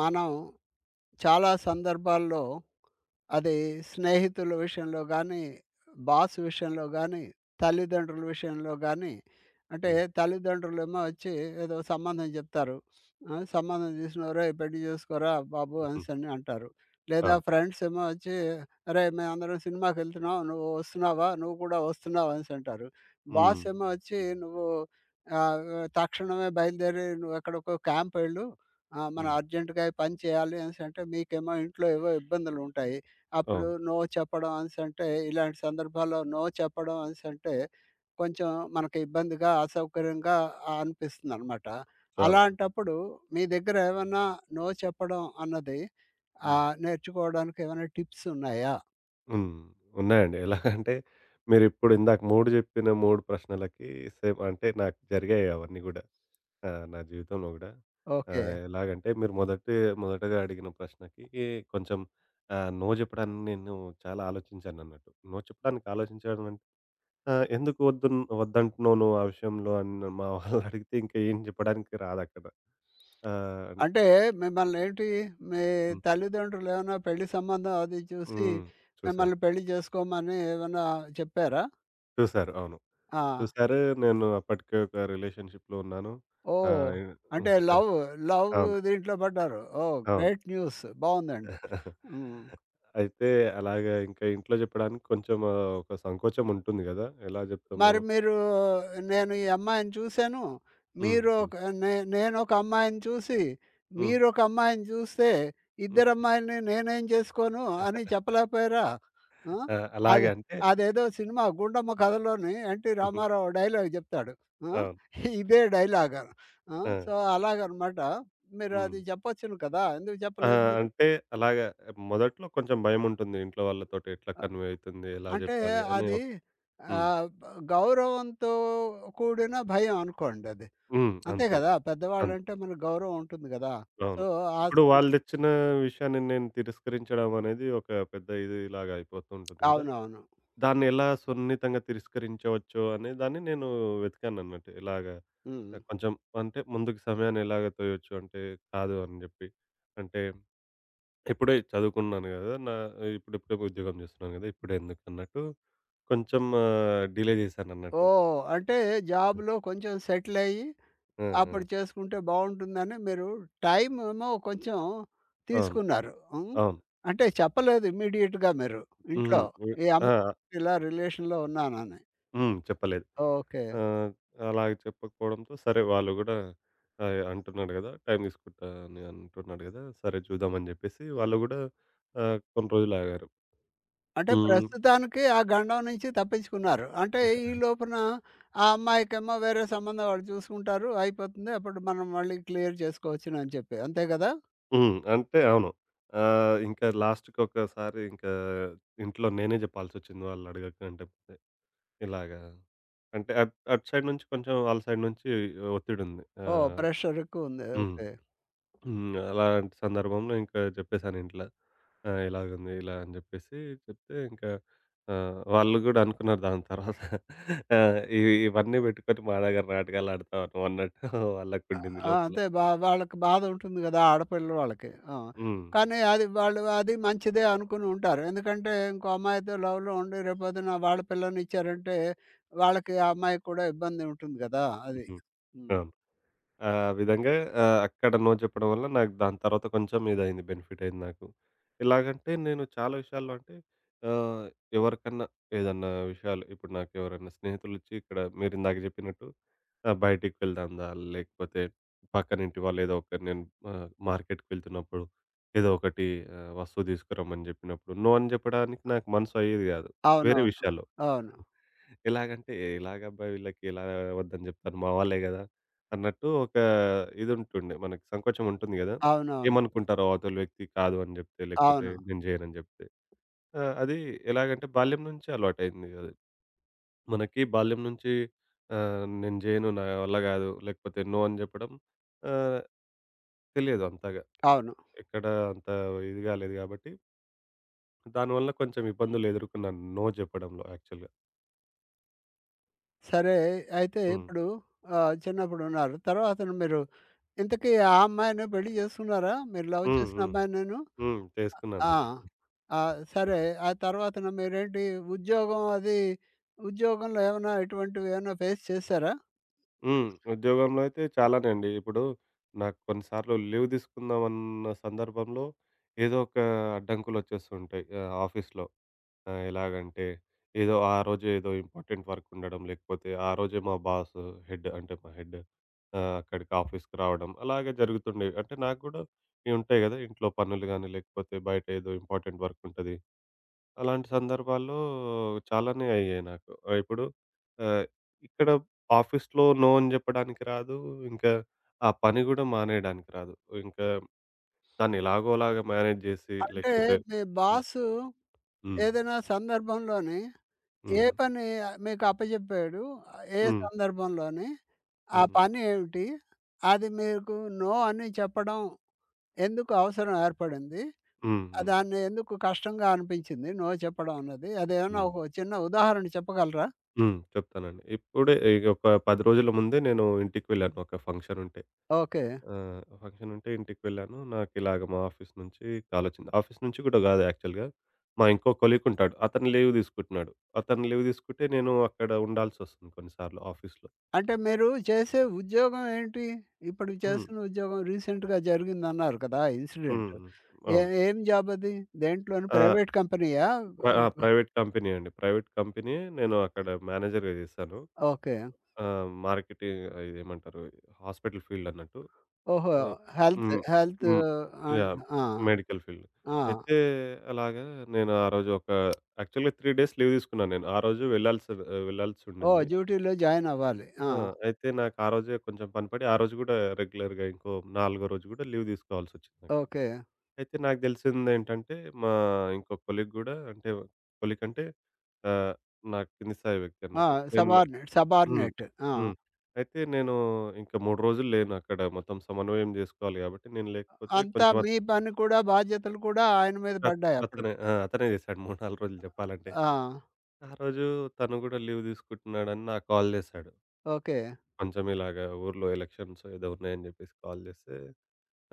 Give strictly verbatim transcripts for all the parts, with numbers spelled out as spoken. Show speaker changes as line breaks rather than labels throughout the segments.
మనం చాలా సందర్భాల్లో అది స్నేహితుల విషయంలో గానీ, బాస్ విషయంలో గానీ, తల్లిదండ్రుల విషయంలో గానీ, అంటే
హ్మ్.
తల్లిదండ్రులేమో వచ్చి ఏదో సంబంధం చెప్తారు. ఆ! సంబంధం చూసిన "ఒరేయ్! పెళ్లి చేసుకోరా బాబు"
హుహు.
అనేసని అంటారు. లేదా
అవును.
ఫ్రెండ్స్ ఏమో వచ్చి "అరేయ్! మేమందరం సినిమాకెళ్తున్నాం. నువ్వు వస్తున్నావా? నువ్వు కూడా వస్తున్నావా?" అనేసి అంటారు.
హ్మ్.
బాస్ ఏమో వచ్చి "నువ్వు ఆహ్, తక్షణమే బయలుదేరి నువ్వు ఎక్కడికో క్యాంపెళ్ళు. ఆ! మనం
హ్మ్.
అర్జెంట్‌గా ఈ పని చేయాలి అనేసంటే మీకేమో ఇంట్లో ఏవో ఇబ్బందులు ఉంటాయి. అప్పుడు
అవును.
నో చెప్పడం అనేసంటే ఇలాంటి సందర్భాల్లో నో చెప్పడం అనేసంటే కొంచెం మనకి ఇబ్బందిగా, అసౌకర్యంగా అనిపిస్తుందనమాట.
చాలా.
అలాంటప్పుడు మీ దగ్గర ఏమన్నా నో చెప్పడం అన్నది
హ్మ్.
ఆహ్, నేర్చుకోవడానికి ఏమైనా టిప్స్ ఉన్నాయా?
హ్మ్. ఉన్నాయండి. ఎలాగంటే మీరిప్పుడు ఇందాక మూడు జెప్పిన మూడు ప్రశ్నలకి సేమ్ అంటే నాకు జరిగాయి అవన్నీ గూడా. ఆహ్, నా జీవితంలో గూడా.
ఓకే.
ఆహ్, ఎలాగంటే మీరు మొదటి మొదటగా అడిగిన ప్రశ్నకి కొంచెం ఆహ్, నో జెప్పడానికి నేను చాలా ఆలోచించానన్నట్టు. నో చెప్పడానికి ఆలోచించడం అంటే ఆహ్, ఎందుకు వద్దున్ వద్దంటున్నావు నువ్వు ఆ విషయంలో అని మా వాళ్ళనడిగితే ఇంకా ఏం జెప్పడానికి రాదక్కడ. ఆహ్,
అంటే మిమ్మల్ని ఏంటి మీ
హ్మ్.
తల్లిదండ్రులు ఏమైనా పెళ్లి సంబంధం అది చూసి
హ్మ్.
మిమ్మల్ని
చూసాను.
పెళ్లి చేసుకోమని ఏమన్నా చెప్పారా?
చూసారు. అవును.
ఆ!
చూసారు. నేను అప్పటికే ఒక రిలేషన్‌షిప్‌లో ఉన్నాను.
ఓహ్!
ఆహ్,
అంటే లవ్, లవ్
అవును.
దీంట్లో పడ్డారు. ఓహ్!
అవును.
Great news. బావుందండి. హ్మ్.
అయితే అలాగా ఇంకా ఇంట్లో జెప్పడానికి కొంచెం ఆహ్, ఒక సంకోచం ఉంటుంది గదా! ఎలా జెప్తాము?
మరి మీరు నేను ఈ అమ్మాయిని చూసాను.
హ్మ్.
మీరు
హ్మ్.
ఒక నే నేనొక అమ్మాయిని చూసి,
హ్మ్.
మీరొక అమ్మాయిని చూస్తే
హ్మ్.
ఇద్దరు అమ్మాయిల్ని నేనేం చేసుకోను అని చెప్పలేకపోయారా? ఆ!
ఆ! అలాగే
అది
అంటే
అదేదో సినిమా 'గుండమ్మ కథలోని' ఎన్టీ
హుహు.
రామారావు డైలాగ్ చెప్తాడు. ఆ!
అవును.
ఇదే డైలాగ్. ఆ!
ఆ!
సో, అలాగనమాట. మీరు
హ్మ్.
అది చెప్పొచ్చును కదా! ఎందుకు
ఆ!
చెప్పలేదు మీరు?
అంటే అలాగా మొదట్లో కొంచెం భయముంటుంది. ఇంట్లో వాళ్ళతోటి ఎట్లా కన్వే అయితుంది? ఎలా
అంటే
జెప్పాలి? అని
అది
ఒక హ్మ్.
ఆహ్, బ్ గౌరవంతో కూడిన భయం అనుకోండి అది.
హ్మ్.
అంతే
అంతే.
కదా!
అంతే.
పెద్దవాళ్ళంటే మనకు గౌరవం ఉంటుంది కదా! సో,
అవును.
ఆ
ఇప్పుడు
సమ
వాళ్ళు తెచ్చిన విషయాన్ని నేను తిరస్కరించడం అనేది ఒక పెద్ద ఇది లాగా అయిపోతూ ఉంటుంది గదా!
అవునవును.
దాన్ని ఎలా సున్నితంగా తిరస్కరించవచ్చో అనే దాన్ని నేను వెతికానన్నట్టు. ఇలాగా
హ్మ్.
కొంచెం అంటే ముందుకు సమయాన్ని ఎలాగ తోయొచ్చు అంటే కాదు అని జెప్పి. అంటే ఇప్పుడే చదువుకున్నాను గదా! నా ఇప్పుడిప్పుడే ఉద్యోగం జేస్తున్నాను గదా! ఇప్పుడెందుకు అన్నట్టు కొంచెం ఆహ్, డిలే జేశానన్నట్టు.
ఓహ్! అంటే జాబ్‌లో కొంచెం సెటిల్ అయ్యి,
ఆ! ఆ!
అప్పుడు చేసుకుంటే బావుంటుందని మీరు టైమ్ ఏమో కొంచెం
అవును.
తీసుకున్నారు. హ్మ్.
అవును.
అంటే చెప్పలేదు ఇమ్మీడియేట్‌గా మీరు ఇంట్లో.
హ్మ్. హ్మ్.
ఈ
ఆ!
అమ్మాయితో ఇలా రిలేషన్‌లో ఉన్నానని.
హ్మ్. చెప్పలేదు.
ఓకే.
ఆ! అలాగ చెప్పకపోవడంతో సరే వాళ్ళు గూడా ఆహ్, అంటున్నాడు గదా! టైం తీసుకుంటా అని అంటున్నాడు గదా! సరే చూద్దామని జెప్పేసి వాళ్ళు గూడా ఆహ్, కొన్ని రోజులాగారు.
అంటే
హ్మ్.
ప్రస్తుతానికి ఆ గండం నుంచి తప్పించుకున్నారు. అంటే ఈ లోపున ఆ అమ్మాయికేమో వేరే సంబంధం వాళ్ళు చూసుకుంటారు. అయిపోతుంది. అప్పుడు మనం మళ్ళీ క్లియర్ చేసుకోవచ్చునని చెప్పి. అంతే గదా!
హ్మ్. అంటే అవును. ఆహ్, ఇంకా లాస్ట్‌కొకసారి ఇంకా ఇంట్లో నేనే జెప్పాల్సొచ్చింది వాళ్ళడగకంటే ముందే. ఇలాగా అంటే అట్ అటు సైడ్ నుంచి కొంచెం వాళ్ళ సైడ్ నుంచి ఒత్తిడుంది.
ఓహ్!
ఆహ్
ప్రెషర్ ఎక్కువుంది.
హ్మ్.
ఓకే.
హ్మ్. అలాంటి సందర్భంలో ఇంకా చెప్పేసాను ఇంట్ల. ఆహ్, ఇలాగుంది ఇలా అని జెప్పేసి చెప్తే ఇంకా ఆహ్, వాళ్ళు గూడా అనుకున్నారు దాని తర్వాత. ఆ! ఇవి ఇవన్నీ బెట్టుకొని మా దగ్గర నాటకాలాడతావా నువ్వన్నట్టు వాళ్ళకుండింది
ఆ!
లోపల.
అంతే బా వాళ్ళకి బాధ ఉంటుంది గదా! ఆడపిల్ల వాళ్ళకి. ఆ!
హ్మ్.
కానీ అది వాళ్ళు అది మంచిదే అనుకుని ఉంటారు. ఎందుకంటే ఇంకో అమ్మాయితో లవ్‌లో ఉండి రేపొద్దున వాళ్ళ పిల్లనిచ్చారంటే వాళ్ళకి ఆ అమ్మాయికి కూడా ఇబ్బంది ఉంటుంది గదా! అది.
హుహు.
హ్మ్.
అవును. ఆ విధంగా ఆహ్, అక్కడ నో చెప్పడం వల్ల నాకు దాని తర్వాత కొంచెం ఇదయింది. బెనిఫిట్ అయింది నాకు. ఎలాగంటే నేను చాలా విషయాల్లో అంటే ఆహ్, ఎవరికన్నా ఏదన్నా విషయాలు ఇప్పుడు నాకు ఎవరైనా స్నేహితులొచ్చి ఇక్కడ మీరిందాక చెప్పినట్టు ఆహ్, బయటికి వెళ్దాందా లేకపోతే పక్కనింటి వాళ్ళు ఏదో ఒక నేను ఆహ్, మార్కెట్‌కి వెళ్తున్నప్పుడు ఏదో ఒకటి ఆహ్, వస్తువు తీసుకురమ్మని చెప్పినప్పుడు నో అని చెప్పడానికి నాకు మనసు అయ్యేది కాదు. వేరే
అవునవును.
విషయాల్లో.
అవును.
ఎలాగంటే ఎలాగబ్బా! వీళ్ళకి ఎలా వద్దని జెప్తాను మా వాళ్ళే గదా! అన్నట్టు ఒక ఇదుంటుండే మనకి సంకోచం ఉంటుంది గదా!
అవునవును.
ఏమనుకుంటారో అవతల వ్యక్తి కాదు అని జెప్తే, లేకపోతే
అవును.
నేను జేయనని జెప్తే. ఆ! అది ఎలాగంటే బాల్యం నుంచి అలవాటయింది అది. మనకి బాల్యం నుంచి ఆహ్, నేను జేయను, నా వల్ల గాదు, లేకపోతే నో అని జెప్పడం ఆహ్, తెలియదు అంతగా.
అవును.
ఎక్కడ అంత ఇది గాలేదు గాబట్టి, దానివల్ల కొంచెం ఇబ్బందులు ఎదుర్కొన్నాను నో జెప్పడంలో యాక్చువల్‌గా.
సరే. అయితే
హ్మ్.
ఇప్పుడు ఆహ్, చిన్నప్పుడున్నారు. తర్వాతన మీరు ఇంతకీ ఆ అమ్మాయినే పెళ్లి చేసుకున్నారా? మీరు లవ్
హ్మ్.
చేసిన
హ్మ్.
అమ్మాయినేను?
హ్మ్.
ఆ!
చేసుకున్నాను.
ఆ! సరే.
తీసుకు
ఆ తర్వాతన మీరేంటి ఉద్యోగం అది ఉద్యోగంలో ఏమైనా ఇటువంటివి ఏమైనా ఫేస్ చేసారా?
హ్మ్. ఉద్యోగంలో అయితే చాలానే అండి. ఇప్పుడు నాకు కొన్నిసార్లు లీవ్ తీసుకుందామన్న సందర్భంలో ఏదో ఒక అడ్డంకులొచ్చేస్తూ ఉంటాయి. ఆహ్, ఆఫీస్‌లో ఆహ్, ఎలాగంటే ఏదో ఆ రోజు ఏదో ఇంపార్టెంట్ వర్క్ ఉండడం, లేకపోతే ఆ రోజే మా బాస్ హెడ్ అంటే మా హెడ్ ఆహ్, అక్కడికి ఆఫీస్‌కి రావడం అలాగే జరుగుతుండేవి. అంటే నాకు గూడా ఇవి ఉంటాయి గదా! ఇంట్లో పనులు గాని, లేకపోతే బయట ఏదో ఇంపార్టెంట్ వర్క్ ఉంటది. అలాంటి సందర్భాల్లో చాలానే అయ్యాయి నాకు. ఆహ్, ఇప్పుడు ఆహ్, ఇక్కడ ఆఫీస్‌లో నో అని చెప్పడానికి రాదు. ఇంకా ఆ పని కూడా మానేయడానికి రాదు. ఇంకా దాన్ని ఎలాగోలాగా మేనేజ్ చేసి
అంటే
లేకపోతే
మీ
హ్మ్.
బాసు
హ్మ్.
ఏదైనా సందర్భంలోని ఏ
హ్మ్.
పని మీకు అప్పజెప్పాడు? ఏ
హ్మ్.
సందర్భంలోని? ఆ
హుహు.
పని ఏమిటి? అది మీకు నో అని చెప్పడం ఎందుకు అవసరం ఏర్పడింది?
హ్మ్.
ఆహ్,
హ్మ్.
దాన్ని ఎందుకు కష్టంగా అనిపించింది నో చెప్పడం అన్నది? అదేమన్నా
హ్మ్.
ఒక చిన్న ఉదాహరణ చెప్పగలరా?
హ్మ్. చెప్తానండి. ఇప్పుడే ఇగ ఒక పది రోజుల ముందే నేను ఇంటికి వెళ్ళాను ఒక ఫంక్షన్ ఉంటే.
ఓకే.
ఆ! ఫంక్షన్ ఉంటే ఇంటికి వెళ్ళాను. నాకిలాగ మా ఆఫీస్ నుంచి కాలొచ్చింది. ఆఫీస్ నుంచి కూడా కాదు యాక్చువల్‌గా. మా ఇంకో కొలీగ్ ఉంటాడు. అతను లీవ్ తీసుకుంటున్నాడు. అతను లీవ్ తీసుకుంటే నేను అక్కడ ఉండాల్సొస్తుంది కొన్నిసార్లు ఆఫీస్‌లో.
అంటే మీరు చేసే ఉద్యోగం ఏంటి? ఇప్పుడు
హ్మ్.
చేస్తున్న ఉద్యోగం రీసెంట్‌గా జరిగిందన్నారు కదా! ఇన్సిడెంట్.
హ్మ్.
ఏ
అవును.
ఏం జాబ్ అది? దేంట్లోని
ఆహ్,
ప్రైవేట్ కంపెనీయా?
ప్ర ఆ!
అబ్బ!
ప్రైవేట్ కంపెనీ అండి. ప్రైవేట్ కంపెనీ నేను అక్కడ మేనేజర్‌గా చేశాను.
ఓకే.
ఆ! మార్కెటింగ్ ఇదేమంటారు హాస్పిటల్ ఫీల్డ్ అన్నట్టు.
ఓహో!
ఆ!
హెల్త్
హ్మ్.
హెల్త్
హ్మ్.
And
yeah!
ఆ!
Medical field.
ఆ!
అయితే అలాగా నేను ఆ రోజు ఒక యాక్చువల్‌గా మూడు డేస్ లీవ్ తీసుకున్నాను నేను. ఆ రోజు వెళ్ళాల్సి
ఓహ్!
వెళ్ళాల్సుండింది.
డ్యూటీలో జాయిన్ అవ్వాలి. ఆ!
ఆ! అయితే నాకు ఆ రోజే కొంచెం పని పడి ఆ రోజు గూడా రెగ్యులర్‌గా ఇంకో నాలుగో రోజు గూడా లీవ్ తీసుకోవాల్సొచ్చింది నాకు.
ఓకే.
అయితే నాకు తెలిసిందేంటంటే మా ఇంకో కొలీగ్ గూడా అంటే కొలీగ్ అంటే ఆహ్, నా కింది స్థాయి వ్యక్తి
ఆ!
అన్నట్టు. నేను
సబార్డినేట్.
హ్మ్.
సబార్డినేట్. ఆ!
హ్మ్. అయితే నేను ఇంకా మూడు రోజులు లేను అక్కడ. మొత్తం సమన్వయం జేసుకోవాలి గాబట్టి, నేను లేకపోతే
అంతా
కొంచెం అత్
మీ పని కూడా బాధ్యతలు కూడా ఆయన మీద
అత్
పడ్డాయి
అతనే
అప్పటికి.
ఆ! అతనే జేశాడు మూడు, నాలుగు రోజులు జెప్పాలంటే.
ఆ!
ఆ రోజు తను గూడా లీవ్ తీసుకుంటున్నాడని నాకు కాల్ జేశాడు.
ఓకే.
కొంచెం ఇలాగా ఊర్లో ఎలక్షన్స్ ఏదో ఉన్నాయని జెప్పేసి కాల్ జేస్తే,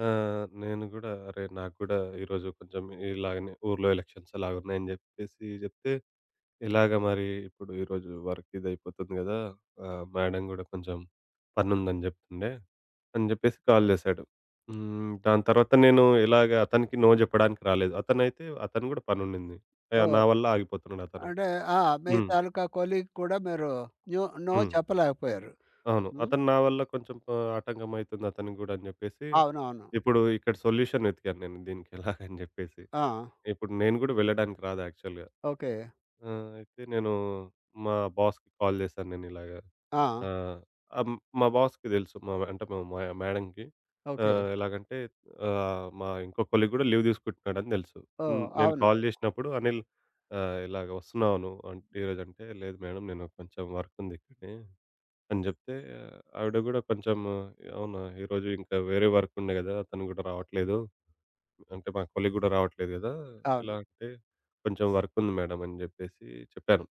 ఆహ్, నేను గూడా అరే! నాకు గూడా ఈరోజు కొంచెం ఇలాగనే ఊర్లో ఎలక్షన్స్ అలాగున్నాయని జెప్పేసి జెప్తే ఇలాగ మరి ఇప్పుడు ఈరోజు వర్క్ ఇదయిపోతుంది గదా! ఆహ్, మేడం గూడా కొంచెం పనుందని జెప్తుండే, అని జెప్పేసి కాల్ జేశాడు. హ్మ్. దాని తర్వాత నేను ఇలాగ అతనికి నో జెప్పడానికి రాలేదు. అతనైతే అతను గూడా పనుండింది. ఆహ్,
ఓహ్!
నా వల్ల ఆగిపోతున్నాడు అతను.
అంటే ఆ! మీ
హ్మ్.
తాలూకా కొలీగ్ కూడా మీరు న్యూ నో
హ్మ్.
చెప్పలేకపోయారు.
అవును.
హ్మ్.
అతను నా వల్ల కొంచెం ఆహ్, ఆటంకం అయితుంది అతనికి గూడా అని జెప్పేసి,
అవునవును.
ఇప్పుడు ఇక్కడ సొల్యూషన్ వెతికాను నేను దీనికి ఎలాగని జెప్పేసి.
ఆ!
ఇప్పుడు నేను గూడా వెళ్ళడానికి రాదు యాక్చువల్‌గా.
ఓకే.
ఆ! అయితే నేను మా బాస్‌కి కాల్ చేశాను నేను ఇలాగా.
ఆ!
ఆహ్, ఆహ్, మా బాస్‌కి తెలుసు. మా అంటే మా మా మేడంకి.
ఓకే.
ఆహ్, ఎలాగంటే ఆహ్, మా ఇంకో కొలీగ్ గూడా లీవ్ తీసుకుంటున్నాడని తెలుసు.
ఓహ్!
హ్మ్. నేను
అవును.
కాల్ చేసినప్పుడు అనిల్ ఆహ్, ఇలాగ వస్తున్నావా నువ్వు అంటే ఈరోజంటే, లేదు మేడం నేను కొంచెం వర్క్ ఉంది ఇక్కడే అని చెప్తే ఆ, ఆవిడ గూడా కొంచెం అవునా ఈరోజు ఇంకా వేరే వర్క్ ఉండే కదా! అతను గూడా రావట్లేదు. అంటే మా కొలీగ్ గూడా రావట్లేదు గదా!
అవును.
ఎలా అంటే కొంచెం వర్క్ ఉంది మేడం అని జెప్పేసి చెప్పాను.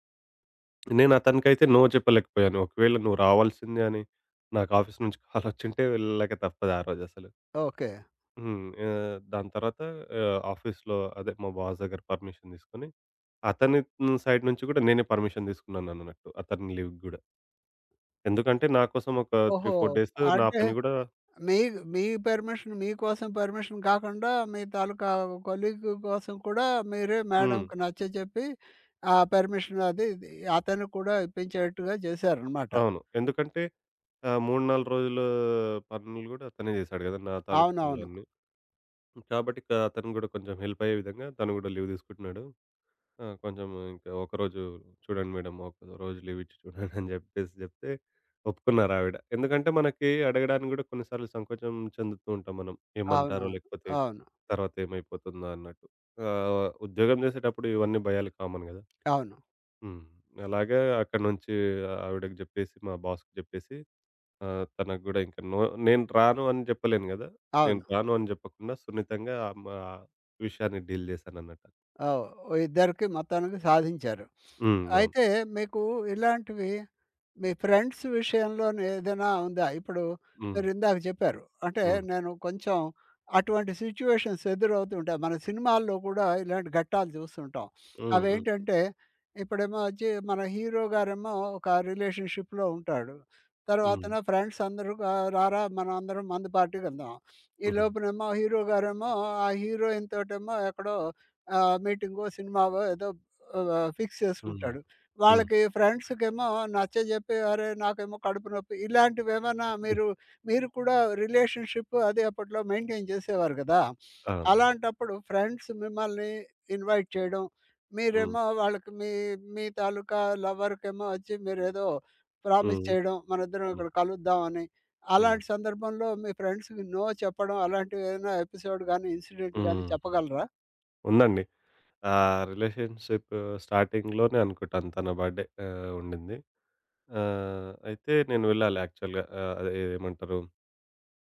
నేను అతనికైతే నో చెప్పలేకపోయాను. ఒకవేళ నువ్వు రావాల్సిందే అని నాకు ఆఫీస్ నుంచి కాల్ వచ్చింటే వెళ్ళలేక తప్పదు ఆ రోజు అసలు.
ఓకే.
హ్మ్. ఆహ్, దాని తర్వాత ఆహ్, ఆఫీస్‌లో అదే మా బాస్ దగ్గర పర్మిషన్ తీసుకొని అతని హ్మ్, సైడ్ నుంచి గూడా నేనే పర్మిషన్ తీసుకున్నానన్నట్టు. అతని లీవ్‌కి గూడా. ఎందుకంటే నా కోసం ఒక మూడు,
ఓహో!
నాలుగు డేస్ నా
అంటే
పని గూడా
మీ మీ పర్మిషన్ మీకోసం పర్మిషన్ కాకుండా మీ తాలూకా కొలీగ్ కోసం కూడా మీరే
హ్మ్.
మేడంకి నచ్చజెప్పి ఆ పర్మిషన్ అది ఇది అతనికి కూడా ఇప్పించేట్టుగా చేశారనమాట.
అవును. ఎందుకంటే ఆ! మూడు, నాలుగు రోజులు పనులు గూడా అతనే జేశాడు గదా! నా తాలూకు
అవునవును.
పనులన్నీ. కాబట్టి ఇక అతను గూడా కొంచెం హెల్ప్ అయ్యే విధంగా తను గూడా లీవ్ తీసుకుంటున్నాడు. ఆ! కొంచెం ఇంకా ఒకరోజు చూడండి మేడం ఒకరోజు లీవ్ ఇచ్చి చూడండి అని జెప్పేసి జెప్తే ఒప్పుకున్నారావిడ. ఎందుకంటే మనకి అడగడానికి గూడా కొన్ని సార్లు సంకోచం చెందుతూ ఉంటాం మనం. ఏమంటారో
అవునవును.
లేకపోతే
అవును.
తర్వాత ఏమైపోతుందా అన్నట్టు. ఆహ్, ఉద్యోగం జేసేటప్పుడు ఇవన్నీ భయాలు కామన్ గదా!
అవును.
హ్మ్. అలాగా అక్కడి నుంచి ఆవిడకి జెప్పేసి, మా బాస్‌కి జెప్పేసి ఆహ్, తనకు గూడా ఇంక నో నేను రాను అని జెప్పలేను గదా! నేను
అవును.
రాను అని జెప్పకుండా సున్నితంగా ఆ మా విషయాన్ని డీల్ జేశానన్నట్టు.
ఓహ్! ఇద్దరికి మొత్తానికి సాధించారు.
హ్మ్. అవును.
అయితే మీకు ఇలాంటివి మీ ఫ్రెండ్స్ విషయంలోనే ఏదైనా ఉందా? ఇప్పుడు
హ్మ్.
మీరు ఇందాక చెప్పారు. అంటే
హ్మ్.
నేను కొంచెం అటువంటి సిట్యుయేషన్స్ ఎదురవుతుంటాయి. మన సినిమాల్లో కూడా ఇలాంటి ఘట్టాలు చూస్తుంటాం.
హ్మ్. హ్మ్.
అవేంటంటే ఇప్పుడేమో వచ్చి మన హీరో గారేమో ఒక రిలేషన్‌షిప్‌లో ఉంటాడు.
హ్మ్.
తర్వాతన ఫ్రెండ్స్ అందరూ గా "రారా! మనందరం మందు పార్టీకి వెళ్దాం." ఈ
హుహు.
లోపునేమో హీరో గారేమో ఆ హీరోయిన్ తోటేమో ఎక్కడో ఆహ్, మీటింగో, సినిమావో ఏదో ఆహ్, ఫిక్స్
హ్మ్.
చేసుకుంటాడు.
హ్మ్.
వాళ్ళకి ఫ్రెండ్స్‌కేమో నచ్చజెప్పి "అరే! నాకేమో కడుపు నొప్పి" ఇలాంటివేమన్నా
హ్మ్.
మీరు, మీరు కూడా రిలేషన్‌షిప్ అది అప్పట్లో మెయింటైన్ చేసేవారు గదా!
అవునవును.
అలాంటప్పుడు ఫ్రెండ్స్ మిమ్మల్ని ఇన్వైట్ చేయడం,
హ్మ్.
మీరేమో వాళ్ళకి మీ, మీ తాలూకా లవర్‌కేమో వచ్చి మీరేదో ప్రామిస్
హ్మ్.
చేయడం, మనిద్దరం
హ్మ్.
ఇక్కడ కలుద్దాం అని.
హ్మ్.
అలాంటి సందర్భంలో మీ ఫ్రెండ్స్‌కి నో చెప్పడం అలాంటివేదైనా ఎపిసోడ్ గాని, ఇన్సిడెంట్ గాని
హ్మ్.
చెప్పగలరా?
ఉందండి. ఆ రిలేషన్‌షిప్ స్టార్టింగ్‌లోనే అనుకుంటాను తన బర్త్‌డే ఆహ్, ఉండింది. ఆహ్, అయితే నేను వెళ్ళాలి యాక్చువల్‌గా ఆహ్, అదే ఏమంటారు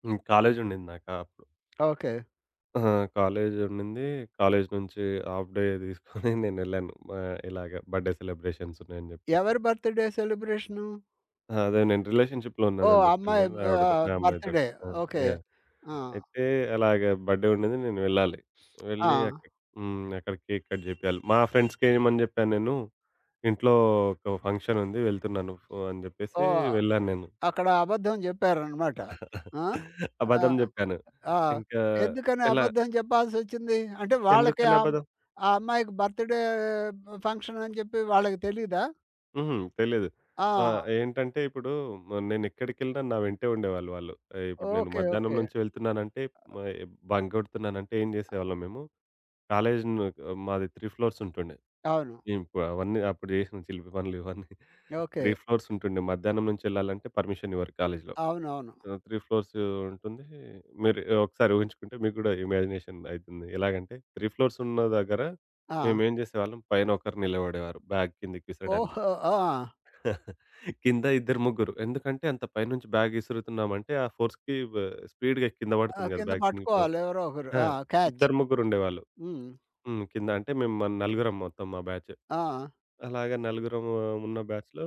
హ్మ్. కాలేజ్ ఉండింది నాకు అప్పుడు.
ఓకే.
ఆ! కాలేజ్ ఉండింది. కాలేజ్ నుంచి హాఫ్ డే తీసుకొని నేనెళ్ళాను. మా ఇలాగ బర్త్‌డే సెలబ్రేషన్స్ ఉన్నాయని జెప్పేసి.
ఎవరి బర్త్‌డే సెలబ్రేషను?
ఆ! అదే నేను రిలేషన్‌షిప్‌లో
ఓహ్!
ఉన్నానని జెప్పాను
అమ్మాయి
గదా! ఆవిడతో
ఆహ్,
ఆ అమ్మాయితోటి.
బర్త్‌డే.
ఆ!
ఓకే.
యాహ్!
ఆ!
అయితే అలాగ బర్త్‌డే ఉండింది. నేను వెళ్ళాలి.
ఆ!
వెళ్ళి అక్కడ హ్మ్. అక్కడ కేక్ కట్ జేపియాలి. మా ఫ్రెండ్స్‌కేయమని జెప్పాను నేను. ఇంట్లో ఒక ఫంక్షన్ ఉంది వెళ్తున్నాను ఫో అని జెప్పేసి
ఓహ్!
వెళ్ళాను నేను.
అక్కడ అబద్ధం చెప్పారనమాట. ఆ! ఆ!
అబద్ధం జెప్పాను.
ఆ!
ఇంకా
ఎందుకని
ఎలా
అబద్ధం చెప్పాల్సొచ్చింది? అంటే వాళ్ళకి
ఎందుకని
ఆ
అబద్ధం?
ఆ అమ్మాయికి బర్త్‌డే ఫంక్షన్ అని చెప్పి వాళ్ళకి తెలీదా?
హుహు. తెలీదు.
ఆ!
ఆ! ఏంటంటే ఇప్పుడు మ నేనెక్కడికెళ్ళినా నా వెంటే ఉండేవాళ్ళు వాళ్ళు. ఆహ్, ఇప్పుడు నేను
ఓకే.
మధ్యాహ్నం
ఓకే.
నుంచి వెళ్తున్నానంటే మ బంక్ గొడుతున్నానంటే ఏం జేసేవాళ్ళం మేము కాలేజ్ ను మాది మూడు ఫ్లోర్స్ ఉంటుండే.
అవును.
ఇప్పుడు అవన్నీ అప్పుడు జేసిన చిలిపి పనులు ఇవన్నీ
ఓకే.
మూడు ఫ్లోర్స్ ఉంటుండే. మధ్యాహ్నం నుంచి ఎళ్ళాలంటే పర్మిషన్ ఇవ్వరు కాలేజ్‌లో.
అవునవును.
ఆహ్, మూడు ఫ్లోర్స్ ఉంటుంది. మీరు ఒకసారి ఊహించుకుంటే మీకు గూడా ఇమాజినేషన్ అయితుంది. ఎలాగంటే మూడు ఫ్లోర్స్ ఉన్న దగ్గర
ఆ!
మేమేం జేసేవాళ్ళం పైన ఒకరు నిలబడేవారు బ్యాగ్ కిందకి విసరడానికి.
ఓహో! ఆ!
కింద ఇద్దరు, ముగ్గురు. ఎందుకంటే అంత పైనుంచి బ్యాగ్ ఇసురుతున్నామంటే ఆ ఫోర్స్‌కి బ స్పీడ్‌గా కింద
ఆ!
పడుతుంది కదా!
కింద
బ్యాగ్ చినిగిపోవడం.
పట్టుకోవాలి ఎవరో ఒకరు.
ఆ!
ఆ! క్యాచ్.
ఇద్దరు, ముగ్గురు ఉండేవాళ్ళు.
హ్మ్.
హ్మ్. కింద అంటే మేము మన నలుగురం మొత్తం మా బ్యాచ్.
ఆ!
అలాగా నలుగురం ఆ, ఉన్న బ్యాచ్‌లో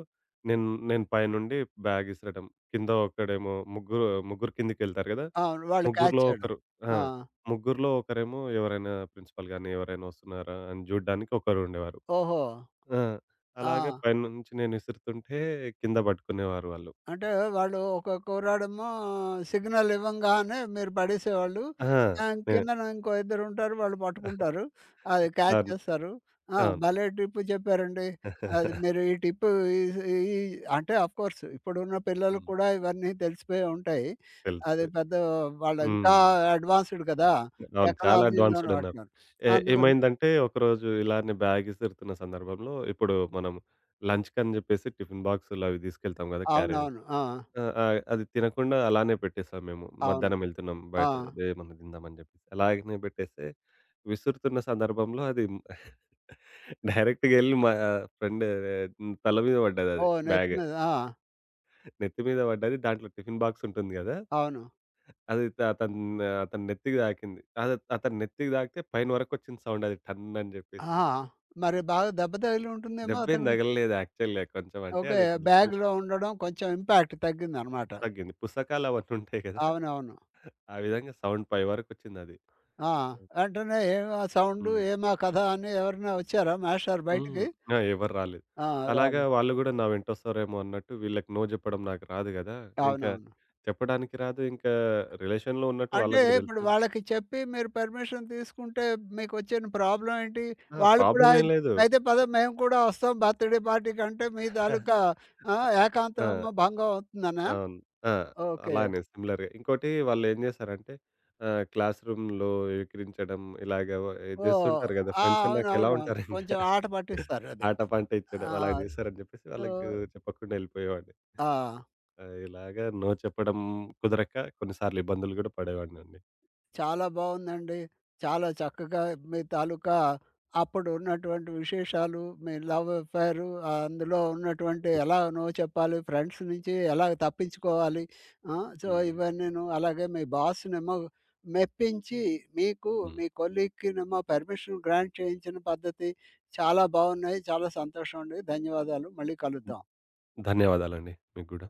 నేను నేను పైనుండి బ్యాగ్ ఇసరడం. కింద ఒకడేమో ముగ్గురు ముగ్గురు కిందకెళ్తారు కదా!
అవును. వాళ్ళు క్యాచ్
ముగ్గురులో
చేయడం.
ఒకరు ఆ!
ఆ!
ముగ్గురులో ఒకరేమో ఎవరైనా ప్రిన్సిపల్ గాని, ఎవరైనా వస్తున్నారా అని చూడడానికి ఒకరు ఉండేవారు.
ఓహో!
ఆ!
ఆ!
అలాగే పైనుంచి నేను ఇసురుతుంటే కింద పట్టుకునేవారు వాళ్ళు.
అంటే వాళ్ళు ఒక కుర్రాడేమో సిగ్నల్ ఇవ్వంగానే మీరు పడేసేవాళ్ళు.
ఆహా!
ఆహ్,
నే
కిందన ఇంకో ఇద్దరుంటారు వాళ్ళు పట్టుకుంటారు. అది క్యాచ్
అవును.
చేస్తారు. ఆ!
అవును.
భలే టిప్ చెప్పారండి. అది మీరు ఈ టిప్ ఈస్ ఈ అంటే ఆఫ్‌కోర్స్ ఇప్పుడున్న పిల్లలకి
హ్మ్.
కూడా ఇవన్నీ తెలిసిపోయే ఉంటాయి. అది
తెలుసు.
పెద్ద వాళ్ళు
హ్మ్.
ఇంకా అడ్వాన్స్‌డ్ కదా!
అవును. చాలా
టెక్నాలజీలోను
అడ్వాన్స్‌డ్ అన్నారు.
వాటిలోను.
ఏ
అందుగురించి
ఏమైందంటే ఒకరోజు ఇలానే బ్యాగ్ ఇసురుతున్న సందర్భంలో ఇప్పుడు మనం లంచ్‌కని జెప్పేసి టిఫిన్ బాక్సులు అవి తీసుకెళ్తాం గదా! క్యారేజెస్.
అవునవును. ఆ!
ఆ! ఆహ్, అది తినకుండా అలానే పెట్టేసాం మేము.
అవును.
మధ్యాహ్నం వెళ్తున్నాం
ఆ!
బయట ఏమన్నా తిందామని జెప్పేసి. అలాగనే పెట్టేస్తే విసురుతున్న సందర్భంలో అది డైరెక్ట్‌గా ఎళ్లి మా ఫ్రెండ్ తల మీద పడ్డదది
ఓహ్! నెత్తి
బ్యాగ్.
మీద. ఆ!
నెత్తి మీద పడ్డది. దాంట్లో టిఫిన్ బాక్స్ ఉంటుంది గదా!
అవును.
అది త అతను అతని నెత్తికి తాకింది. అది అతని నెత్తికి తాకితే పైన వరకొచ్చింది సౌండ్ అది టన్ అని చెప్పేసి.
ఆహా! మరి బాగా దెబ్బ తగిలి ఉంటుందేమో
దెబ్బేం
అతనికి.
తగలలేదు యాక్చువల్‌గా కొంచెం అంటే
ఓకే.
అది బు బు
బ్యాగ్‌లో ఉండడం కొంచెం ఇంపాక్ట్ తగ్గిందనమాట.
తగ్గింది. పుసకాలు అవన్నీ ఉంటాయి కదా!
అవునవును.
ఆ విధంగా సౌండ్ పై వరకొచ్చిందది.
ఆ! వెంటనే ఏమా సౌండు,
హ్మ్.
ఏమా కథ అని ఎవరైనా వచ్చారా మాస్టారు బయటికి?
హ్మ్. ఆ! ఎవరు రాలేదు.
ఆ!
అలాగా
రాలే.
వాళ్ళు గూడా నా వెంటొస్తారేమో అన్నట్టు వీళ్ళకి నో చెప్పడం నాకు రాదు గదా! ఇంకా
అవునవును.
చెప్పడానికి రాదు. ఇంకా రిలేషన్‌లో ఉన్నట్టు
అంటే
వాళ్ళకి గూడా
ఇప్పుడు
తెలుసు.
వాళ్ళకి చెప్పి మీరు పర్మిషన్ తీసుకుంటే మీకొచ్చిన ప్రాబ్లమ్ ఏంటి?
ఆ!
వాళ్ళు కూడా
ప్రాబ్లమ్
"అయి
ఏం లేదు.
అయితే పద మేము కూడా వస్తాం బర్త్‌డే పార్టీకి" అంటే మీ తాలూకా
ఆ!
ఆ!
ఆ!
ఏకాంతమేమో భంగం అవుతుందనా?
అవును. ఆ!
ఓకే.
అలానే సిమిలర్‌గా. ఇంకోటి వాళ్ళేం జేశారంటే ఆహ్, క్లాస్ రూమ్‌లో ఎక్కిరించడం ఇలాగ వ
ఓహ్!
జేస్తుంటారు గదా!
ఆ!
ఫ్రెండ్స్ అన్నాకెలా
అవునవునవును.
ఉంటారింక.
కొంచెం ఆట పట్టిస్తారది.
ఆట పాట
ఆ!
ఇచ్చడం అలాగ జేశారని జెప్పేసి
సో
వాళ్ళకి చెప్పకుండా ఎళ్ళిపోయేవాడిని.
ఆ!
ఆహ్, ఇలాగ నో చెప్పడం కుదరక కొన్నిసార్లు ఇబ్బందులు గూడా పడేవాడినండి.
చాలా బావుందండి. చాలా చక్కగా మీ తాలూకా అప్పుడున్నటువంటి విశేషాలు, మీ లవ్ అఫైరు అందులో ఉన్నటువంటి ఎలా నో చెప్పాలి, ఫ్రెండ్స్ నుంచి ఎలా తప్పించుకోవాలి. ఆ! సో,
హ్మ్.
ఇవన్నీను అలాగే మీ బాస్‌నేమో మెప్పించి మీకు,
హ్మ్.
మీ కొలీగ్‌కినేమో పర్మిషన్ గ్రాంట్ చేయించిన పద్ధతి చాలా బావున్నాయి. చాలా సంతోషం అండి. ధన్యవాదాలు. మళ్ళీ కలుద్దాం.
ధన్యవాదాలండి మీకు గూడా.